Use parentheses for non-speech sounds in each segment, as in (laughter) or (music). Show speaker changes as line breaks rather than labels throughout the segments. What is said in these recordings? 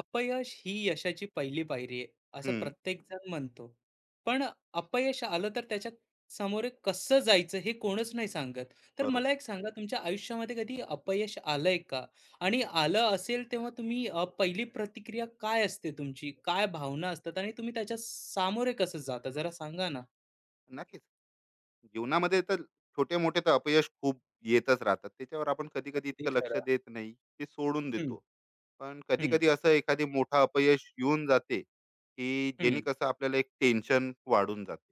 अपयश ही यशाची पहिली पायरी आहे, असं
हं,
प्रत्येक जण म्हणतो. पण अपयश आलं तर त्याच्या समोर कसं जायचं हे कोणच नाही सांगत. तर मला
बरोबर.
एक सांगा, तुमच्या आयुष्यामध्ये कधी अपयश आलंय का? आणि आलं असेल तेव्हा तुम्ही पहिली प्रतिक्रिया काय असते, तुमची काय भावना असतात आणि तुम्ही त्याच्या सामोरे कसं जाता, जरा सांगा ना.
नक्कीच. जीवनामध्ये तर छोटे-मोठे तर अपयश खूप येतच राहतात. त्याच्यावर आपण कधी-कधी
अगदी
इतकं लक्ष
खरं.
देत नाही. ते सोडून
हम्म.
देतो. पण
हम्म.
कधी-कधी असं एखादी मोठा अपयश येऊन जाते, की जेणे
हम्म.
कसं आपल्याला एक टेन्शन वाढून जाते.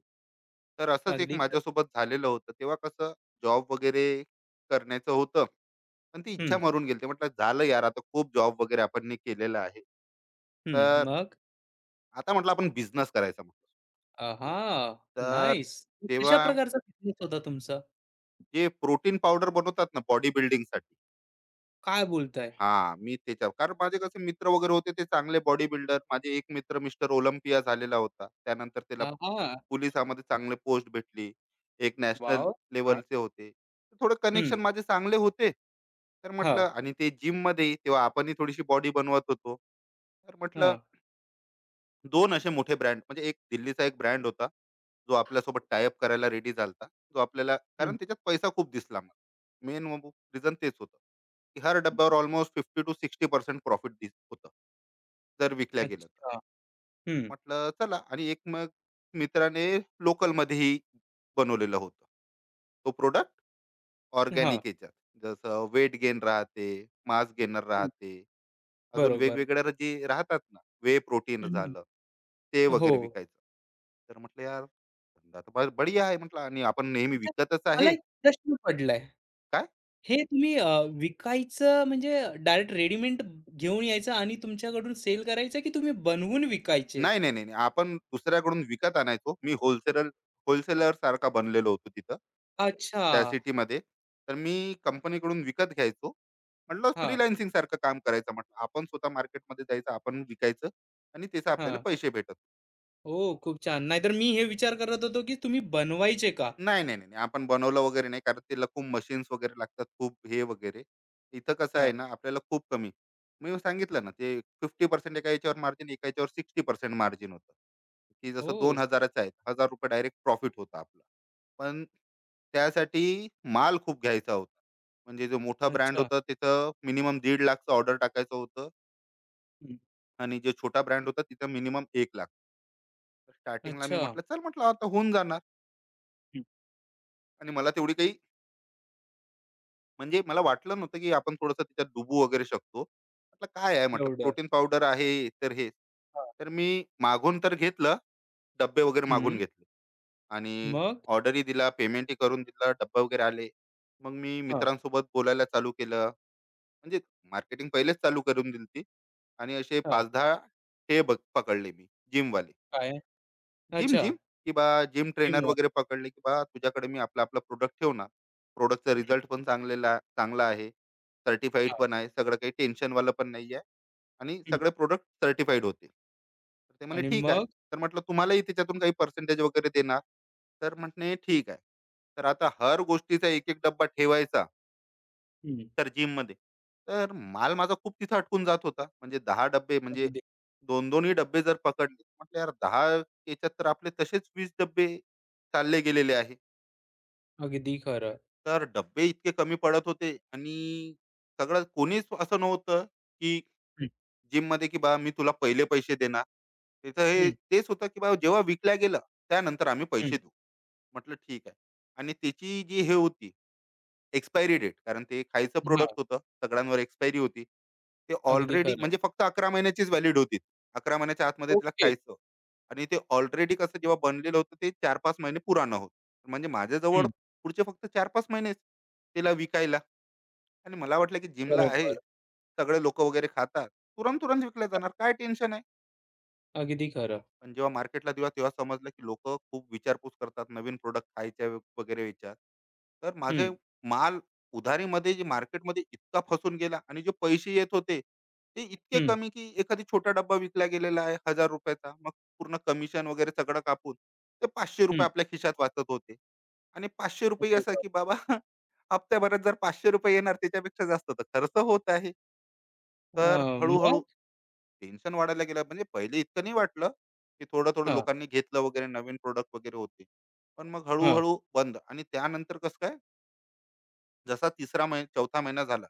तर असंच एक
अगदी खरं.
माझ्यासोबत झालेलं होतं. तेव्हा कसं जॉब वगैरे करण्याचं होतं. पण ती इच्छा
हम्म.
मरून गेली. ते म्हटलं झालं यार आता खूप जॉब वगैरे आपण नी केलेला आहे.
हम्म.
तर
मग?
आता म्हटलं आपण बिझनेस करायचा म्हटलं.
हा.
तर
नाईस. कशा
तेव्हा
प्रकारचा बिझनेस होता तुमचा?
जे प्रोटीन पावडर बनवतात ना बॉडी बिल्डिंगसाठी.
काय बोलताय?
हां, मी त्याच्यावर कारण माझे कसे मित्र वगैरे होते ते चांगले बॉडी बिल्डर. माझे एक मित्र मिस्टर ओलंपिया झालेला होता. त्यानंतर त्याला
हां.
पोलिसामध्ये चांगले पोस्ट भेटली. एक नॅशनल
वॉव! हां.
लेव्हलचे होते. थोडं
हं.
कनेक्शन माझे चांगले होते. तर
हां.
म्हटलं आणि ते जिममध्ये तेव्हा आपणही थोडीशी बॉडी बनवत होतो. तर म्हटलं
हां.
दोन असे मोठे ब्रँड म्हणजे एक दिल्लीचा एक ब्रँड होता, जो आपल्यासोबत टाय अप करायला रेडी झाला जो आपल्याला
हं.
कारण त्याच्यात पैसा खूप दिसला मला. मेन रिझन तेच होतं, की हर डब्यावर अल्मोस्ट 50% टू 60% प्रॉफिट दिस होतं. जर विकल्या गेलं तर.
अच्छा.
तर
हं.
म्हटलं चला आणि एक मग मित्राने लोकलमध्येही बनवलेलं होतं. तो प्रॉडक्ट
हां.
ऑर्गॅनिक याच्यात जसं वेट गेन राहते, मास गेनर
हं.
राहते. अजून
बरोबर.
वेगवेगळ्या जे राहतात ना, वे प्रोटीन
हं.
झालं, ते
हो.
वगैरे विकायचं. तर म्हटलं यार धंदा तर बढिया आहे म्हटलं आणि आपण नेहमी
अच्छा,
विकतच
मला
आहे.
एक प्रश्न पडलाय.
काय
हे तुम्ही विकायचं म्हणजे डायरेक्ट रेडीमेड घेऊन यायचं आणि तुमच्याकडून सेल करायचं की तुम्ही बनवून विकायचे?
नाही, नाही, नाही, नाही. आपण दुसऱ्याकडून विकत आणायचो. मी होलसेलर होलसेलर सारखा बनलेलो होतो तिथं,
अच्छा.
त्या सिटीमध्ये. तर मी कंपनीकडून विकत घ्यायचो. म्हटलं
हां.
फ्रीलान्सिंग सारखं काम करायचं म्हटलं. आपण स्वतः मार्केटमध्ये जायचं, आपण विकायचं आणि त्याचे आपल्याला
हां.
पैसे भेटत.
ओह! खूप छान. नाहीतर मी हे विचार करत होतो की तुम्ही बनवायचे का?
नाही, नाही, नाही, नाही. आपण बनवलं वगैरे नाही कारण त्याला खूप मशीन्स वगैरे लागतात, खूप हे वगैरे. इथं कसं आहे
हां.
ना, आपल्याला खूप कमी. मी सांगितलं ना, ते 50% एका याच्यावर मार्जिन, एका याच्यावर 60% मार्जिन होतं. की जसं
ओह!
2000 चं आहे, ₹1000 डायरेक्ट प्रॉफिट होता आपला. पण त्यासाठी माल खूप घ्यायचा होता. म्हणजे जो मोठा ब्रँड
अच्छा.
होता तिथं मिनिमम 1.5 लाखचं ऑर्डर टाकायचं होतं
हं.
आणि जो छोटा ब्रँड होता तिथं मिनिमम 1 लाख. स्टार्टिंगला मी
अच्छा.
म्हटलं, "चल," म्हटलं, "आता होऊन जाणार"
हं.
आणि मला तेवढी काही म्हणजे मला वाटलं नव्हतं की आपण थोडंसं त्याच्यात डुबू वगैरे शकतो. म्हटलं काय आहे म्हटलं
एवढं.
प्रोटीन पावडर आहे तर हे.
हां.
तर मी मागून तर घेतलं, डब्बे वगैरे मागून
हं.
घेतले आणि
मग?
ऑर्डरही दिला, पेमेंटही करून दिलं, डब्बा वगैरे आले. मग मी
हां.
मित्रांसोबत बोलायला चालू केलं. म्हणजे मार्केटिंग पहिलेच चालू करून दिली होती आणि असे
हां.
5-10 हे बघ पकडले मी जिमवाले.
काय?
जिम,
अच्छा.
जिम, की बा जिम ट्रेनर
टीमवर्क.
वगैरे पकडले, की बा तुझ्याकडे मी आपला-आपला प्रोडक्ट ठेवणार. प्रोडक्टचा
हं.
रिझल्ट पण चांगलेला चांगला आहे. सर्टिफाईड
हां.
पण आहे. सगळं काही टेन्शनवालं पण नाही आहे आणि
हं.
सगळे प्रोडक्ट सर्टिफाईड होतील. तर ते म्हणे,
आणि
"ठीक आहे."
मग?
तर म्हटलं, "तुम्हालाही त्याच्यातून काही पर्सेंटेज वगैरे देणार?" तर म्हटले, "ठीक आहे." तर आता हर गोष्टीचा एक-एक डब्बा ठेवायचा.
हं.
तर जिममध्ये. तर माल माझा खूप तिथं अटकून जात होता. म्हणजे 10 डब्बे म्हणजे
अगदी.
2-2 डब्बे जर पकडले, म्हटलं यार 10 याच्यात तर आपले तसेच 20 डब्बे चालले गेलेले आहे.
अगदी खरं.
तर डब्बे इतके कमी पडत होते आणि सगळं कोणीच असं नव्हतं, की
हं.
जिममध्ये की बा मी तुला पहिले पैसे देणार. तिथं हे
हं.
तेच होतं की बा जेव्हा विकल्या गेलं, त्यानंतर आम्ही
हं.
पैसे देऊ. म्हटलं ठीक आहे. आणि त्याची जी हे होती एक्सपायरी डेट कारण ते खायचं
हां.
प्रोडक्ट होतं. सगळ्यांवर एक्सपायरी होती. ते
अगदी
ऑलरेडी
खरं.
म्हणजे फक्त 11 महिन्याचीच व्हॅलिड होती. 11 महिन्याच्या आतमध्ये तिला
ओके.
खायचं आणि ते ऑलरेडी कसं जेव्हा बनलेलं होतं ते 4-5 महिने पुराणं होतं. म्हणजे माझ्याजवळ
हं.
पुढचे फक्त 4-5 महिनेच तिला विकायला आणि मला वाटलं की जिमला आहे.
बरोबर.
सगळे लोकं वगैरे खातात. तुरंत-तुरंत विकल्या
हां.
जाणार. काय टेन्शन आहे?
अगदी खरं.
पण जेव्हा मार्केटला दिला तेव्हा समजलं की लोक खूप विचारपूस करतात नवीन प्रोडक्ट खायच्या वगैरे विचार तर माझे
हं.
माल उधारीमध्ये जे मार्केटमध्ये इतका फसून गेला आणि जे पैसे येत होते ते इतके
हं.
कमी की एखादी छोटा डब्बा विकला गेलेला आहे हजार रुपयाचा मग पूर्ण कमिशन वगैरे सगळं कापून ते पाचशे रुपये
हं.
आपल्या खिशात वाचत होते आणि पाचशे रुपये
अरे
असं
वाह!
की बाबा (laughs) हप्त्याभरात जर पाचशे रुपये येणार त्याच्यापेक्षा जास्त तर खर्च होत आहे तर हळूहळू
मग?
टेन्शन वाढायला गेलं म्हणजे पहिले इतकं नाही वाटलं, की थोडं थोडं
हां.
लोकांनी घेतलं वगैरे नवीन प्रोडक्ट वगैरे होते. पण मग
हां.
हळू-हळू बंद आणि त्यानंतर कसं काय जसा तिसरा महि चौथा महिना झाला,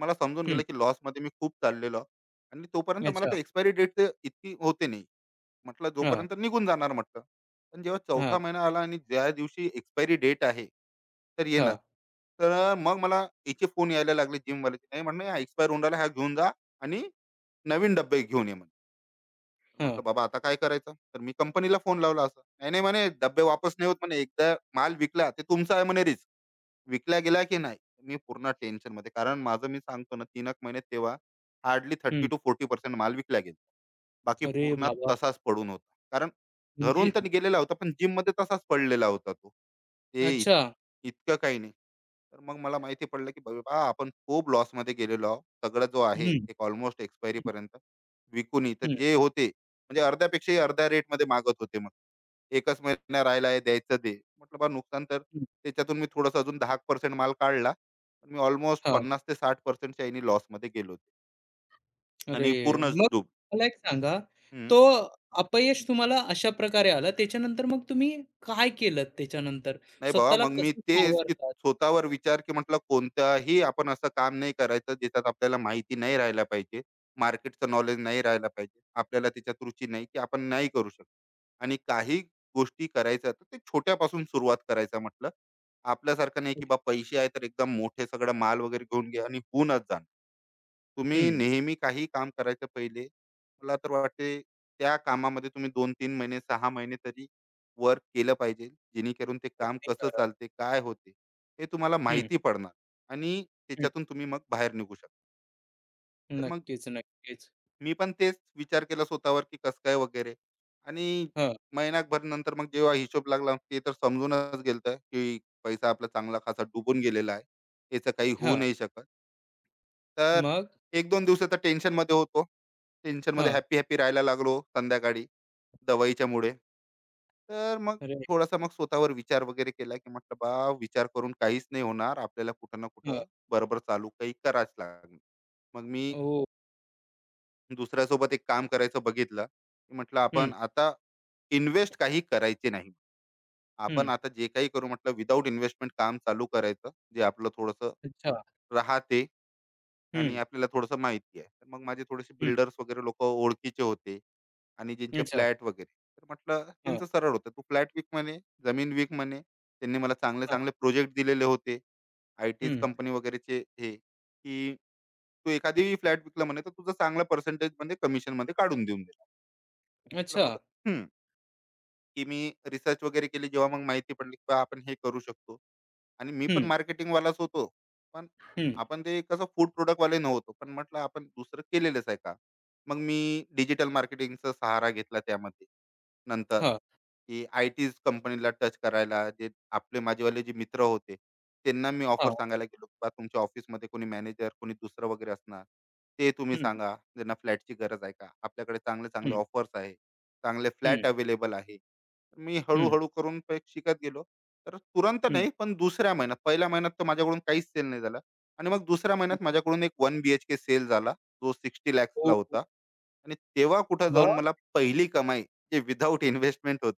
मला समजून
हं.
गेलं की लॉसमध्ये मी खूप चाललेलो आहे आणि तोपर्यंत मला
अच्छा.
ते एक्सपायरी डेट इतकी होते नाही. म्हटलं
हां.
जोपर्यंत निघून जाणार म्हटलं. पण जेव्हा चौथा
हां.
महिना आला आणि ज्या दिवशी एक्सपायरी डेट आहे, तर येणार.
हां.
तर मग मला याचे फोन यायला लागले जिमवाल्याचे. नाही म्हणे, एक्सपायर होऊन राहिला, हा घेऊन जा आणि नवीन डब्बे घेऊन ये" म्हणे. तर
हां.
म्हटलं बाबा आता काय करायचं तर मी कंपनीला फोन लावला असं नाही नाही म्हणे डब्बे वापस नाही होत म्हणे एकदा माल विकला ते तुमचा आहे म्हणे रिस्क विकला गेला की नाही मी पूर्ण टेन्शन मध्ये कारण माझं मी सांगतो ना तीन एक महिने तेव्हा हार्डली थर्टी
हं.
टू फोर्टी पर्सेंट माल विकला गेला बाकी
अरे
पूर्ण
बाबा!
तसाच पडून होता कारण
म्हणजे
घरून तर गेलेला होता पण जिम मध्ये तसाच पडलेला होता तो ते
अच्छा.
इतकं काही नाही तर मग मला माहिती पडलं की बाबा आपण खूप लॉसमध्ये गेलेलो आहोत सगळं जो
हं.
आहे
हं.
एक ऑलमोस्ट एक्सपायरी पर्यंत विकूनही तर
हं.
जे होते म्हणजे अर्ध्यापेक्षाही अर्ध्या रेटमध्ये मागत होते मग एकच महिना राहिला आहे द्यायचं दे म्हटलं बा नुकसान तर
हं.
त्याच्यातून मी थोडंसं अजून 10% माल काढला पण मी ऑलमोस्ट
हां.
50 ते 60%च्या यांनी लॉसमध्ये गेलो होते आणि
अरे!
पूर्णच
मग मला एक सांगा, तो
डूब
अपयश तुम्हाला अशा प्रकारे आला, त्याच्यानंतर मग तुम्ही काय केलंत त्याच्यानंतर?
नाही बाबा
स्वतःला
मग मी
कसं
तेच की
सावरलात?
स्वतःवर विचार की म्हटलं कोणताही आपण असं काम नाही करायचं ज्याच्यात आपल्याला माहिती नाही राहायला पाहिजे. मार्केटचं नॉलेज नाही राहायला पाहिजे. आपल्याला त्याच्यात रुची नाही की आपण नाही करू शकत. आणि काही गोष्टी करायच्या तर ते छोट्यापासून सुरुवात करायचा म्हटलं. आपल्यासारखं नाही की बा पैसे आहे तर एकदम मोठे सगळं माल वगैरे घेऊन घ्या आणि होऊनच जाणार. तुम्ही
हं.
नेहमी काही काम करायच्या पहिले मला तर वाटते त्या कामामध्ये तुम्ही 2-3 महिने, 6 महिने तरी वर्क केलं पाहिजे. जेणेकरून ते काम
अगदी
कसं
खरं.
चालते, काय होते, हे तुम्हाला
हं.
माहिती पडणार आणि
हं.
त्याच्यातून तुम्ही मग बाहेर निघू शकता. तर मग
नक्कीच, नक्कीच.
मी पण तेच विचार केला स्वतःवर, की कसं काय वगैरे आणि
हां.
महिनाभर नंतर मग जेव्हा हिशोब लागला, ते तर समजूनच गेलं, की पैसा आपला चांगला खासा डुबून गेलेला आहे. याचं काही होऊ
हां.
नाही शकत. तर
मग?
1-2 दिवसाचं टेन्शनमध्ये होतो. टेन्शनमध्ये
हां.
हॅपी हॅपी राहायला लागलो संध्याकाळी दवाईच्या मुळे. तर मग
अरे!
थोडासा मग स्वतःवर विचार वगैरे केला, की म्हटलं बा विचार करून काहीच नाही होणार. आपल्याला कुठं ना
हां.
कुठं बरोबर चालू काही करावंच लागणार. मग मी
ओह!
दुसऱ्यासोबत एक काम करायचं बघितलं, की म्हटलं
हं.
आपण आता इन्व्हेस्ट काही करायची नाही. आपण
हं.
आता जे काही करू म्हटलं विदाऊट इन्व्हेस्टमेंट काम चालू करायचं. जे आपलं थोडंसं
अच्छा.
राहते.
हं.
आणि आपल्याला थोडंसं माहिती आहे. तर मग माझे थोडेसे
हं.
बिल्डर्स वगैरे लोकं ओळखीचे होते आणि ज्यांचे
अच्छा.
फ्लॅट वगैरे. तर म्हटलं
हां.
त्यांचं सरळ होतं. तू फ्लॅट विक म्हणे, जमीन विक म्हणे. त्यांनी मला
हां.
चांगले-चांगले प्रोजेक्ट दिलेले होते. आय-टीज
हं.
कंपनी वगैरेचे हे, की तू एखादी फ्लॅट विकला म्हणे, तर तुझं चांगलं पर्सेंटेजमध्ये कमिशनमध्ये काढून देऊन देणार.
अच्छा.
म्हटलं मग हं, की मी रिसर्च वगैरे केली. जेव्हा मग माहिती पडली, की बा आपण हे करू शकतो. आणि मी पण
हं.
मार्केटिंग वालाच होतो. पण
हं.
आपण ते कसं फूड प्रॉडक्ट वाले नव्हतो. पण म्हटलं आपण दुसरं केलेलंच आहे का? मग मी डिजिटल मार्केटिंगचा सहारा घेतला त्यामध्ये. नंतर
हां.
की आय-टीज कंपनीला टच करायला जे आपले माझेवाले जे मित्र होते, त्यांना मी ऑफर
हां.
सांगायला गेलो, "बा तुमच्या ऑफिसमध्ये कोणी मॅनेजर, कोणी दुसरं वगैरे असणार, ते तुम्ही
हं.
सांगा. ज्यांना फ्लॅटची गरज आहे का? आपल्याकडे चांगले-चांगले
हं.
ऑफर्स आहे. चांगले
हं.
फ्लॅट अवेलेबल आहे. मी
हं.
हळूहळू करून शिकत गेलो तर तुरंत
हं.
नाही पण दुसऱ्या महिन्यात पहिल्या महिन्यात तर माझ्याकडून काहीच सेल नाही झाला आणि मग दुसऱ्या महिन्यात
मग?
माझ्याकडून एक 1 BHK सेल झाला जो सिक्स्टी
हो,
लॅक्सला होता
हो.
आणि तेव्हा कुठं जाऊन मला पहिली कमाई जे विदाऊट इन्व्हेस्टमेंट होत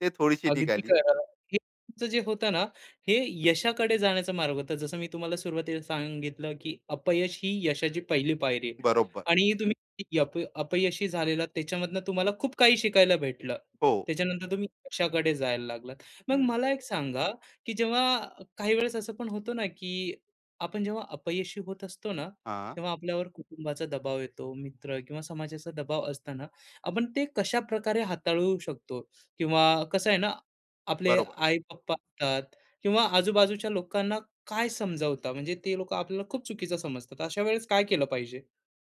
ते थोडीशी
अगदी
निघाली
खरं. हे तुमचं जे होतं ना, हे यशाकडे जाण्याचा मार्ग होता. जसं मी तुम्हाला सुरुवातीला सांगितलं, की अपयश ही यशाची पहिली पायरी आहे.
बरोबर
आणि तुम्ही किती अपयशी झालेला त्याच्यामधनं तुम्हाला खूप काही शिकायला भेटलं.
हो
त्याच्यानंतर तुम्ही यशाकडे जायला लागलात. मग
हम्म.
मला एक सांगा, की जेव्हा काही वेळेस असं पण होतं ना, की आपण जेव्हा अपयशी होत असतो ना,
हा
तेव्हा आपल्यावर कुटुंबाचा दबाव येतो, मित्र किंवा समाजाचा दबाव असताना आपण ते कशाप्रकारे हाताळू शकतो? किंवा कसं आहे ना, आपले
बरोबर
आई-पप्पा असतात किंवा आजूबाजूच्या लोकांना काय समजावता? म्हणजे ते लोकं आपल्याला खूप चुकीचं समजतात. अशा वेळेस काय केलं पाहिजे?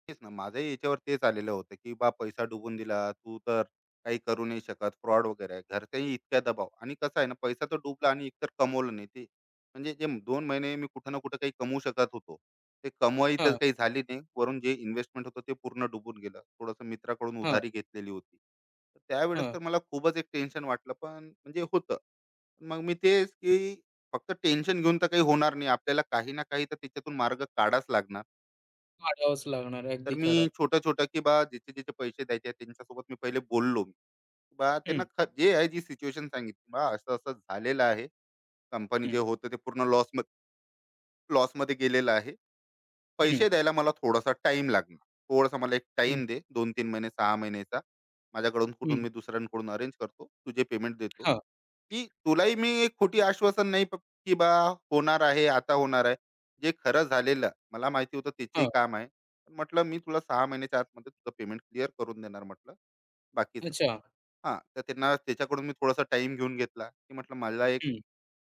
तेच ना माझंही याच्यावर तेच आलेलं होतं की बा पैसा डुबून दिला तू तर काही करू नाही शकत फ्रॉड वगैरे आहे घरच्याही इतक्या दबाव आणि कसं आहे ना पैसा तर डुबला आणि एकतर कमवलं नाही ते म्हणजे जे 2 महिने मी कुठं ना कुठं काही कमवू शकत होतो ते कमवाई तर
हां.
काही झाली नाही वरून जे इन्व्हेस्टमेंट होतं ते पूर्ण डुबून गेलं थोडंसं मित्राकडून
हां.
उधारी घेतलेली होती तर त्यावेळेस
हां.
तर मला खूपच एक टेन्शन वाटलं पण म्हणजे होतं मग मी तेच की फक्त टेन्शन घेऊन तर काही होणार नाही आपल्याला काही ना काही तर त्याच्यातून मार्ग काढाच लागणार
वाढावंच लागणार आहे. अगदी
तर मी
खरं.
छोटं-छोटं, की बा जिचे-जिचे पैसे द्यायचे आहेत त्यांच्यासोबत मी पहिले बोललो. की बा त्यांना
हं.
जे आहे जी सिच्युएशन सांगितली. बा असं-असं झालेलं आहे. कंपनी जे
हं.
होतं ते पूर्ण लॉसमध्ये गेलेलं आहे.
हं.
पैसे द्यायला मला थोडासा टाइम लागणार. थोडासा मला एक
हं.
टाईम दे 2-3 महिने, 6 महिन्याचा. माझ्याकडून कुठून
हं.
मी दुसऱ्यांकडून अरेंज करतो. तुझे पेमेंट देतो.
हां.
की तुलाही मी एक खोटी आश्वासन नाही की बा होणार आहे आता होणार आहे जे खरं झालेलं मला माहिती होतं त्याचेही
हां.
काम आहे पण म्हटलं मी तुला 6 महिन्याच्या आतमध्ये तुझं पेमेंट क्लिअर करून देणार म्हटलं बाकीचं
अच्छा.
हां तर त्यांना त्याच्याकडून मी थोडासा टाइम घेऊन घेतला की म्हटलं मला एक
हं.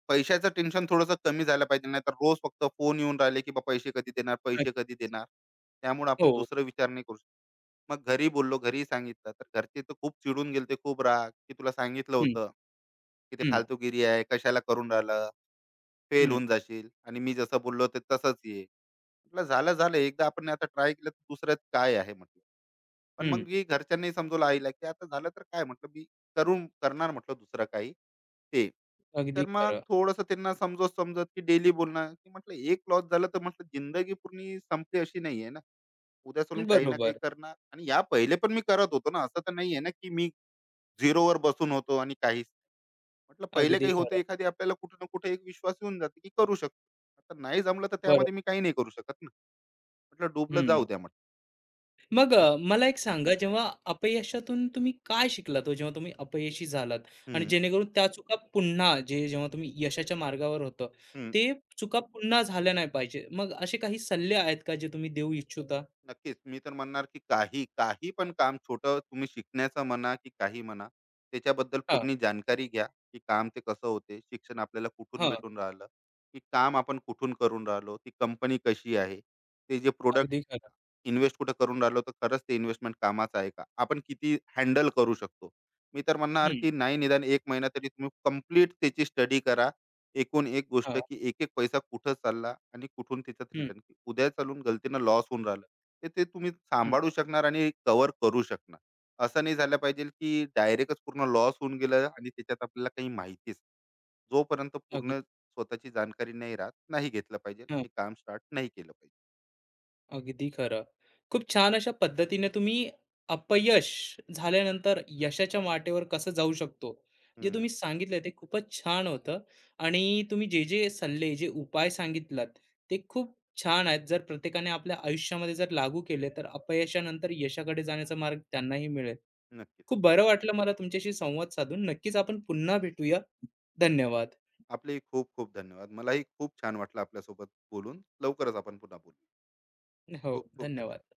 पैशाचं टेन्शन थोडंसं कमी झालं पाहिजे नाही तर रोज फक्त फोन येऊन राहिले की बा पैसे कधी देणार
नक्क
पैसे कधी देणार त्यामुळे आपण
हो.
दुसरं विचार नाही करू मग घरी बोललो, घरी सांगितलं, तर घरचे तर खूप चिडून गेलते, खूप राग, की तुला सांगितलं
हं.
होतं, की ते
हं.
फालतूगिरी आहे, कशाला करून राहिलं, फेल
हं.
होऊन जाशील आणि मी जसं बोललो ते तसंच ये. म्हटलं झालं, झालं एकदा आपण आता ट्राय केलं तर दुसऱ्यात काय आहे म्हटलं. पण मग
हं.
मी घरच्यांनाही समजवलं आईला, की आता झालं तर काय म्हटलं मी करून करणार म्हटलं दुसरं काही ते.
अगदी
तर मग
खरं.
थोडंसं त्यांना समजवत-समजवत, की डेली बोलणं, की म्हटलं एक लॉस झालं तर म्हटलं जिंदगी पूर्ण संपली अशी नाहीये ना. उद्या सोडून काही ना काही
बरोबर.
करणार आणि या पहिले पण मी करत होतो ना. असं तर नाहीये ना, की मी झिरोवर बसून होतो आणि काहीच नाही. म्हटलं पहिले
अगदी
काही होतं
खरं.
एखादी आपल्याला कुठे ना कुठे एक विश्वास येऊन जाते, की करू शकतो. आता नाही जमलं तर
बरो
त्यामध्ये मी काही नाही करू शकत ना. म्हटलं डुबलं
हं.
जाऊ द्या म्हटलं.
मग मला एक सांगा, जेव्हा अपयशातून तुम्ही काय शिकलात हो? जेव्हा तुम्ही अपयशी झालात आणि
हं,
जेणेकरून त्या चुका पुन्हा, जेव्हा तुम्ही यशाच्या मार्गावर होतं,
हं.
ते चुका पुन्हा झाल्या नाही पाहिजे. मग असे काही सल्ले आहेत का जे तुम्ही देऊ इच्छिता?
नक्कीच. मी तर म्हणणार, की काही, काही पण काम छोटं तुम्ही शिकण्याचं म्हणा, की काही म्हणा, त्याच्याबद्दल
हां.
पूर्ण जाणकारी घ्या, की काम ते कसं होते, शिक्षण आपल्याला कुठून
हां.
भेटून राहिलं, की काम आपण कुठून करून राहिलो, ती कंपनी कशी आहे, ते जे प्रोडक्ट
अगदी खरं.
इन्व्हेस्ट कुठं करून राहिलो, तर खरंच ते इन्व्हेस्टमेंट कामाचं आहे का? आपण किती हँडल करू शकतो? मी तर म्हणणार,
हं.
की नाही निदान एक महिना तरी तुम्ही कम्प्लीट त्याची स्टडी करा. एकूण एक गोष्ट,
हां.
की एक-एक पैसा कुठं चालला आणि कुठून त्याच्यात
हं.
रिटर्न. की उद्या चालून गलतीनं लॉस होऊन राहिलं, तर ते तुम्ही
हं.
सांभाळू शकणार आणि कव्हर करू शकणार. असं नाही झालं पाहिजे, की डायरेक्टच पूर्ण लॉस होऊन गेलं आणि त्याच्यात आपल्याला काही माहितीच जोपर्यंत
अगदी.
पूर्ण स्वतःची जाणकारी नाही राहत, नाही घेतलं पाहिजे आणि काम स्टार्ट नाही केलं पाहिजे.
अगदी खरं. खूप छान अशा पद्धतीने तुम्ही अपयश झाल्यानंतर यशाच्या वाटेवर कसं जाऊ शकतो, जे
हं,
तुम्ही सांगितलं, ते खूपच छान होतं. आणि तुम्ही जे, जे सल्ले, जे उपाय सांगितलात, ते खूप छान आहेत. जर प्रत्येकाने आपल्या आयुष्यामध्ये जर लागू केले, तर अपयशानंतर यशाकडे जाण्याचा मार्ग त्यांनाही मिळेल.
नक्कीच.
खूप बरं वाटलं मला तुमच्याशी संवाद साधून. नक्कीच आपण पुन्हा भेटूया. धन्यवाद.
आपले खूप खूप धन्यवाद मलाही खूप छान वाटलं आपल्यासोबत बोलून लवकरच आपण पुन्हा बोलू
हो,
खूप खूप धन्यवाद
धन्यवाद.